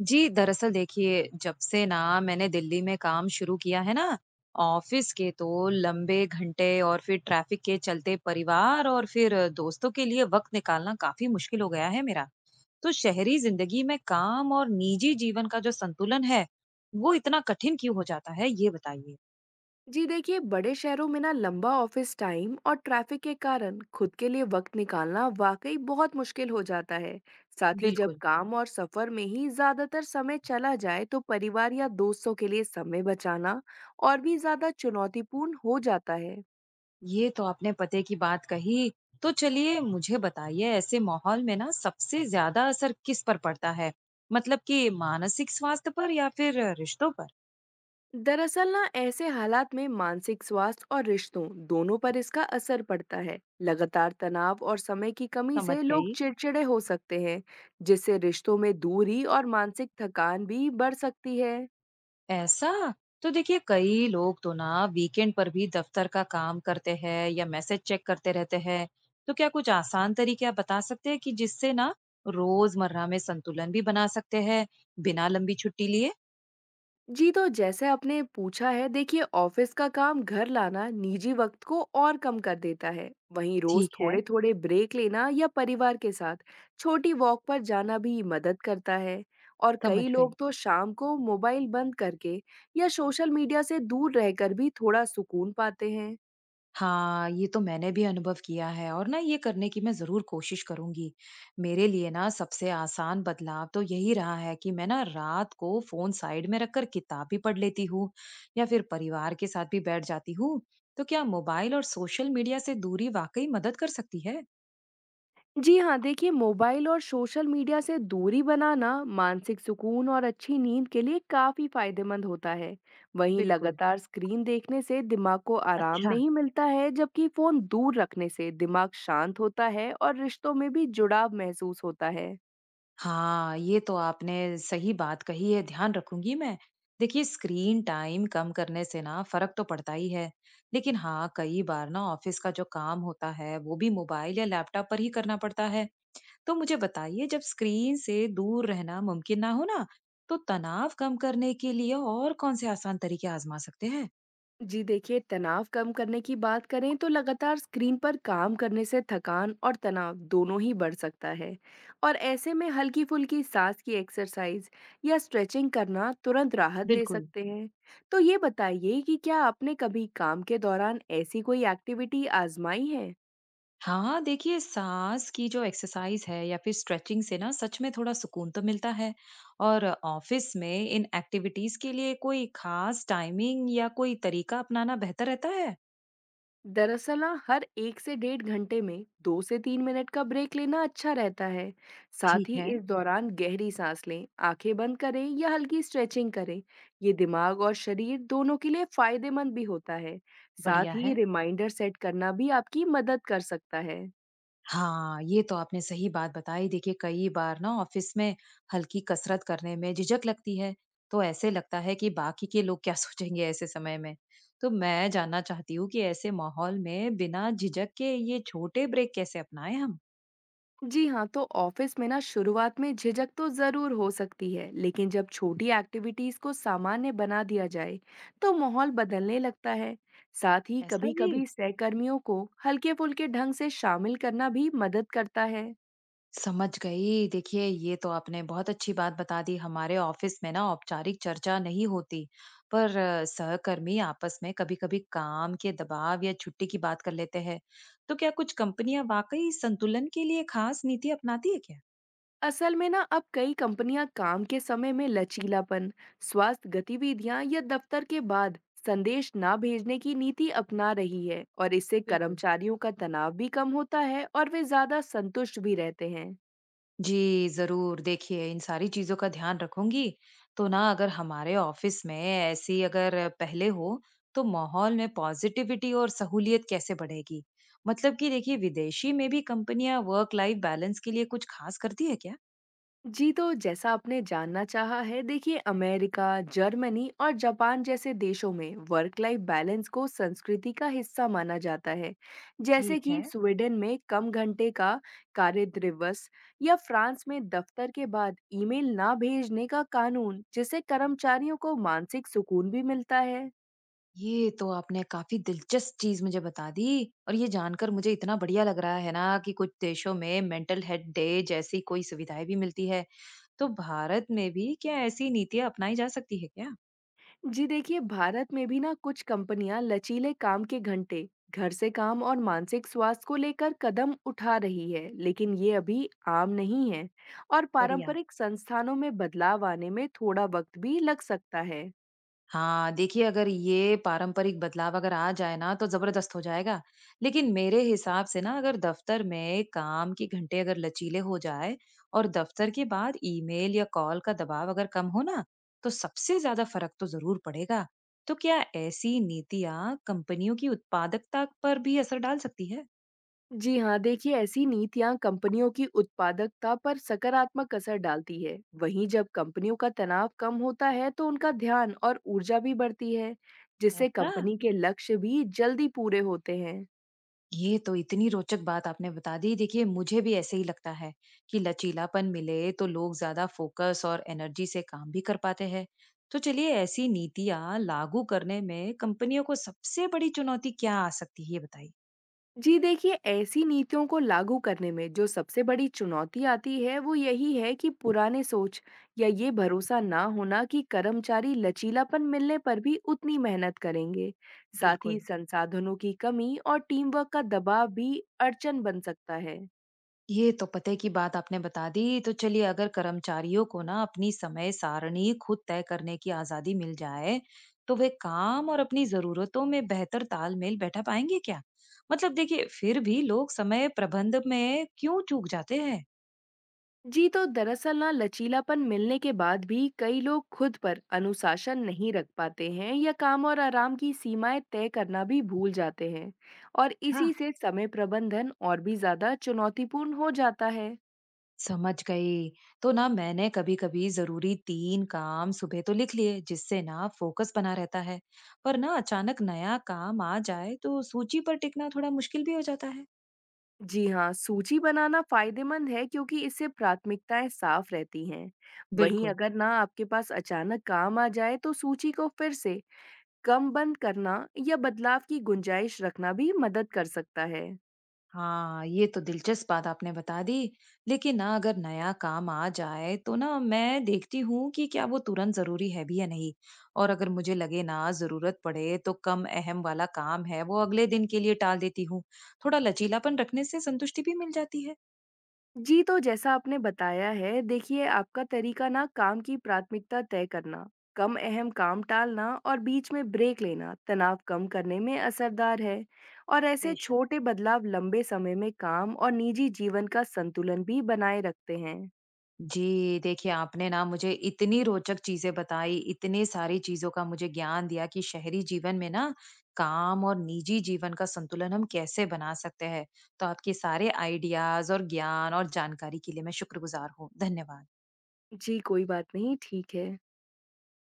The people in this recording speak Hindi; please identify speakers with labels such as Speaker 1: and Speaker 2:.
Speaker 1: जी, दरअसल देखिए, जब से ना मैंने दिल्ली में काम शुरू किया है ना, ऑफिस के तो लंबे घंटे और फिर ट्रैफिक के चलते परिवार और फिर दोस्तों के लिए वक़्त निकालना काफ़ी मुश्किल हो गया है मेरा। तो शहरी ज़िंदगी में काम और निजी जीवन का जो संतुलन है, वो इतना कठिन क्यों हो जाता है? ये बताइए।
Speaker 2: जी देखिए बड़े शहरों में ना लंबा ऑफिस टाइम और ट्रैफिक के कारण खुद के लिए वक्त निकालना वाकई बहुत मुश्किल हो जाता है। साथ ही जब
Speaker 1: बिल्कुल।
Speaker 2: काम और सफर में ही ज्यादातर समय चला जाए तो परिवार या दोस्तों के लिए समय बचाना और भी ज्यादा चुनौतीपूर्ण हो जाता है।
Speaker 1: ये तो आपने पते की बात कही। तो चलिए मुझे बताइए ऐसे माहौल में ना सबसे ज्यादा असर किस पर पड़ता है? मतलब कि मानसिक स्वास्थ्य पर या फिर रिश्तों पर?
Speaker 2: दरअसल ना ऐसे हालात में मानसिक स्वास्थ्य और रिश्तों दोनों पर इसका असर पड़ता है। लगातार तनाव और समय की कमी
Speaker 1: समझ
Speaker 2: से लोग
Speaker 1: गई।
Speaker 2: चिड़चिड़े हो सकते हैं, जिससे रिश्तों में दूरी और मानसिक थकान भी बढ़ सकती है।
Speaker 1: ऐसा। तो देखिए कई लोग तो ना वीकेंड पर भी दफ्तर का काम करते हैं या मैसेज चेक करते रहते हैं। तो क्या कुछ आसान तरीके आप बता सकते हैं कि जिससे ना रोजमर्रा में संतुलन भी बना सकते हैं, बिना लंबी छुट्टी लिए।
Speaker 2: जी, तो जैसे आपने पूछा है, देखिए ऑफिस का काम घर लाना निजी वक्त को और कम कर देता है। वहीं रोज
Speaker 1: ठीक है।
Speaker 2: थोड़े थोड़े ब्रेक लेना या परिवार के साथ छोटी वॉक पर जाना भी मदद करता है। और
Speaker 1: समझ
Speaker 2: कई लोग
Speaker 1: गई।
Speaker 2: तो शाम को मोबाइल बंद करके या सोशल मीडिया से दूर रहकर भी थोड़ा सुकून पाते हैं।
Speaker 1: हाँ, ये तो मैंने भी अनुभव किया है और ना ये करने की मैं ज़रूर कोशिश करूँगी। मेरे लिए ना सबसे आसान बदलाव तो यही रहा है कि मैं ना रात को फ़ोन साइड में रखकर किताब भी पढ़ लेती हूँ या फिर परिवार के साथ भी बैठ जाती हूँ। तो क्या मोबाइल और सोशल मीडिया से दूरी वाक़ई मदद कर सकती है?
Speaker 2: जी हाँ, देखिए मोबाइल और सोशल मीडिया से दूरी बनाना मानसिक सुकून और अच्छी नींद के लिए काफी फायदेमंद होता है। वहीं
Speaker 1: बिल्कुल।
Speaker 2: लगातार स्क्रीन देखने से दिमाग को आराम
Speaker 1: अच्छा।
Speaker 2: नहीं मिलता है, जबकि फोन दूर रखने से दिमाग शांत होता है और रिश्तों में भी जुड़ाव महसूस होता है।
Speaker 1: हाँ, ये तो आपने सही बात कही है, ध्यान रखूंगी मैं। देखिए, स्क्रीन टाइम कम करने से ना फर्क तो पड़ता ही है, लेकिन हाँ, कई बार ना ऑफिस का जो काम होता है, वो भी मोबाइल या लैपटॉप पर ही करना पड़ता है। तो मुझे बताइए, जब स्क्रीन से दूर रहना मुमकिन ना हो ना, तो तनाव कम करने के लिए और कौन से आसान तरीके आजमा सकते हैं?
Speaker 2: जी देखिए, तनाव कम करने की बात करें तो लगातार स्क्रीन पर काम करने से थकान और तनाव दोनों ही बढ़ सकता है। और ऐसे में हल्की फुल्की सांस की एक्सरसाइज या स्ट्रेचिंग करना तुरंत राहत दे
Speaker 1: बिल्कुल।
Speaker 2: सकते हैं। तो ये बताइए कि क्या आपने कभी काम के दौरान ऐसी कोई एक्टिविटी आजमाई है?
Speaker 1: हाँ, देखिए साँस की जो एक्सरसाइज़ है या फिर स्ट्रेचिंग से ना सच में थोड़ा सुकून तो मिलता है। और ऑफ़िस में इन एक्टिविटीज़ के लिए कोई ख़ास टाइमिंग या कोई तरीका अपनाना बेहतर रहता है?
Speaker 2: दरअसल ना, हर 1 से 1.5 घंटे में 2 से 3 मिनट का ब्रेक लेना अच्छा रहता है। साथ
Speaker 1: ठीक
Speaker 2: ही
Speaker 1: है।
Speaker 2: इस दौरान गहरी सांस लें, आंखें बंद करें या हल्की स्ट्रेचिंग करें। ये दिमाग और शरीर दोनों के लिए फायदेमंद भी होता है। साथ
Speaker 1: बढ़िया
Speaker 2: ही
Speaker 1: है।
Speaker 2: रिमाइंडर सेट करना भी आपकी मदद कर सकता है।
Speaker 1: हाँ, ये तो आपने सही बात बताई। देखिए कई बार ना ऑफ़िस में हल्की कसरत करने में झिझक लगती है, तो ऐसे लगता है कि बाकी के लोग क्या सोचेंगे ऐसे समय में। तो मैं जानना चाहती हूँ कि ऐसे माहौल में बिना झिझक के ये छोटे ब्रेक कैसे अपनाएं हम?
Speaker 2: जी हाँ, तो ऑफिस में ना शुरुआत में झिझक तो जरूर हो सकती है, लेकिन जब छोटी एक्टिविटीज को सामान्य बना दिया जाए तो माहौल बदलने लगता है। साथ ही
Speaker 1: ऐसा जी?
Speaker 2: कभी-कभी सहकर्मियों को हल्के-फुल्के ढंग से शामिल करना भी मदद करता है।
Speaker 1: समझ गई। देखिए, ये तो आपने बहुत अच्छी बात बता दी। हमारे ऑफिस में ना औपचारिक चर्चा नहीं होती, पर सहकर्मी आपस में कभी-कभी काम के दबाव या छुट्टी की बात कर लेते हैं। तो क्या कुछ कंपनियां वाकई संतुलन के लिए खास नीति अपनाती है क्या?
Speaker 2: असल में ना अब कई कंपनियां काम के समय में लचीलापन, स्वास्थ्य गतिविधियां या दफ्तर के बाद संदेश ना भेजने की नीति अपना रही है, और इससे
Speaker 1: बिल्कुल।
Speaker 2: कर्मचारियों का तनाव भी कम होता है और वे ज्यादा संतुष्ट भी रहते हैं।
Speaker 1: जी, ज़रूर। देखिए, इन सारी चीज़ों का ध्यान रखूँगी। तो ना अगर हमारे ऑफ़िस में ऐसी अगर पहले हो, तो माहौल में पॉज़िटिविटी और सहूलियत कैसे बढ़ेगी? मतलब कि देखिए, विदेशी में भी कंपनियाँ वर्क लाइफ़ बैलेंस के लिए कुछ ख़ास करती है क्या?
Speaker 2: जी, तो जैसा आपने जानना चाहा है, देखिए अमेरिका, जर्मनी और जापान जैसे देशों में वर्क लाइफ बैलेंस को संस्कृति का हिस्सा माना जाता है, जैसे
Speaker 1: ठीक
Speaker 2: कि
Speaker 1: है।
Speaker 2: स्वीडन में कम घंटे का कार्य दिवस या फ्रांस में दफ्तर के बाद ईमेल ना भेजने का कानून, जिससे कर्मचारियों को मानसिक सुकून भी मिलता है।
Speaker 1: ये तो आपने काफ़ी दिलचस्प चीज़ मुझे बता दी। और ये जानकर मुझे इतना बढ़िया लग रहा है ना कि कुछ देशों में मेंटल हेल्थ डे जैसी कोई सुविधाएँ भी मिलती है। तो भारत में भी क्या ऐसी नीतियाँ अपनाई जा सकती है क्या?
Speaker 2: जी देखिए, भारत में भी ना कुछ कंपनियां लचीले काम के घंटे, घर से काम और मानसिक स्वास्थ्य को लेकर कदम उठा रही है, लेकिन ये अभी आम नहीं है। और
Speaker 1: बढ़िया।
Speaker 2: पारंपरिक संस्थानों में बदलाव आने में थोड़ा वक्त भी लग सकता है।
Speaker 1: हाँ, देखिए अगर ये पारंपरिक बदलाव अगर आ जाए ना तो जबरदस्त हो जाएगा। लेकिन मेरे हिसाब से ना अगर दफ्तर में काम के घंटे अगर लचीले हो जाए और दफ्तर के बाद ईमेल या कॉल का दबाव अगर कम हो ना, तो सबसे ज्यादा फर्क तो जरूर पड़ेगा। तो क्या ऐसी नीतियां कंपनियों की उत्पादकता पर भी असर डाल सकती है?
Speaker 2: जी हाँ, देखिए ऐसी नीतियां कंपनियों की उत्पादकता पर सकारात्मक असर डालती है। वहीं जब कंपनियों का तनाव कम होता है तो उनका ध्यान और ऊर्जा भी बढ़ती है, जिससे
Speaker 1: ऐसा।
Speaker 2: कंपनी के लक्ष्य भी जल्दी पूरे होते हैं।
Speaker 1: ये तो इतनी रोचक बात आपने बता दी। देखिए मुझे भी ऐसे ही लगता है कि लचीलापन मिले तो लोग ज्यादा फोकस और एनर्जी से काम भी कर पाते हैं। तो चलिए ऐसी नीतियां लागू करने में कंपनियों को सबसे बड़ी चुनौती क्या आ सकती है, ये बताइए।
Speaker 2: जी देखिए, ऐसी नीतियों को लागू करने में जो सबसे बड़ी चुनौती आती है वो यही है कि पुराने सोच या ये भरोसा ना होना कि कर्मचारी लचीलापन मिलने पर भी उतनी मेहनत करेंगे। साथ ही
Speaker 1: बिल्कुल।
Speaker 2: संसाधनों की कमी और टीम वर्क का दबाव भी अड़चन बन सकता है।
Speaker 1: ये तो पते की बात आपने बता दी। तो चलिए अगर कर्मचारियों को ना अपनी समय सारणी खुद तय करने की आज़ादी मिल जाए, तो वे काम और अपनी ज़रूरतों में बेहतर तालमेल बैठा पाएँगे क्या? मतलब देखिए फिर भी लोग समय प्रबंध में क्यों चूक जाते हैं?
Speaker 2: जी, तो दरअसल ना लचीलापन मिलने के बाद भी कई लोग खुद पर अनुशासन नहीं रख पाते हैं या काम और आराम की सीमाएं तय करना भी भूल जाते हैं, और
Speaker 1: अच्छा।
Speaker 2: इसी से समय प्रबंधन और भी ज्यादा चुनौतीपूर्ण हो जाता है।
Speaker 1: समझ गई। तो ना मैंने कभी-कभी जरूरी तीन काम सुबह तो लिख लिए जिससे ना फोकस बना रहता है। पर ना अचानक नया काम आ जाए तो सूची पर टिकना थोड़ा मुश्किल भी हो जाता है।
Speaker 2: जी हाँ, सूची बनाना फायदेमंद है क्योंकि इससे प्राथमिकताएं साफ रहती हैं। वहीं
Speaker 1: बिल्कुल।
Speaker 2: अगर ना आपके पास अचानक काम आ जाए तो सूची को फिर से कम बंद करना या बदलाव की गुंजाइश रखना भी मदद कर सकता है।
Speaker 1: हाँ, ये तो दिलचस्प बात आपने बता दी। लेकिन ना अगर नया काम आ जाए तो ना मैं देखती हूँ कि क्या वो तुरंत जरूरी है भी या नहीं। और अगर मुझे लगे ना जरूरत पड़े तो कम अहम वाला काम है वो अगले दिन के लिए टाल देती हूँ। थोड़ा लचीलापन रखने से संतुष्टि भी मिल जाती है।
Speaker 2: जी, तो जैसा आपने बताया है, देखिए आपका तरीका ना काम की प्राथमिकता तय करना, कम अहम काम टालना और बीच में ब्रेक लेना तनाव कम करने में असरदार है। और ऐसे
Speaker 1: बेशक।
Speaker 2: छोटे बदलाव लंबे समय में काम और निजी जीवन का संतुलन भी बनाए रखते हैं।
Speaker 1: जी, देखिए आपने ना मुझे इतनी रोचक चीज़ें बताई, इतनी सारी चीज़ों का मुझे ज्ञान दिया कि शहरी जीवन में ना काम और निजी जीवन का संतुलन हम कैसे बना सकते हैं। तो आपके सारे आइडियाज़ और ज्ञान और जानकारी के लिए मैं शुक्रगुज़ार हूँ। धन्यवाद।
Speaker 2: जी, कोई बात नहीं, ठीक है।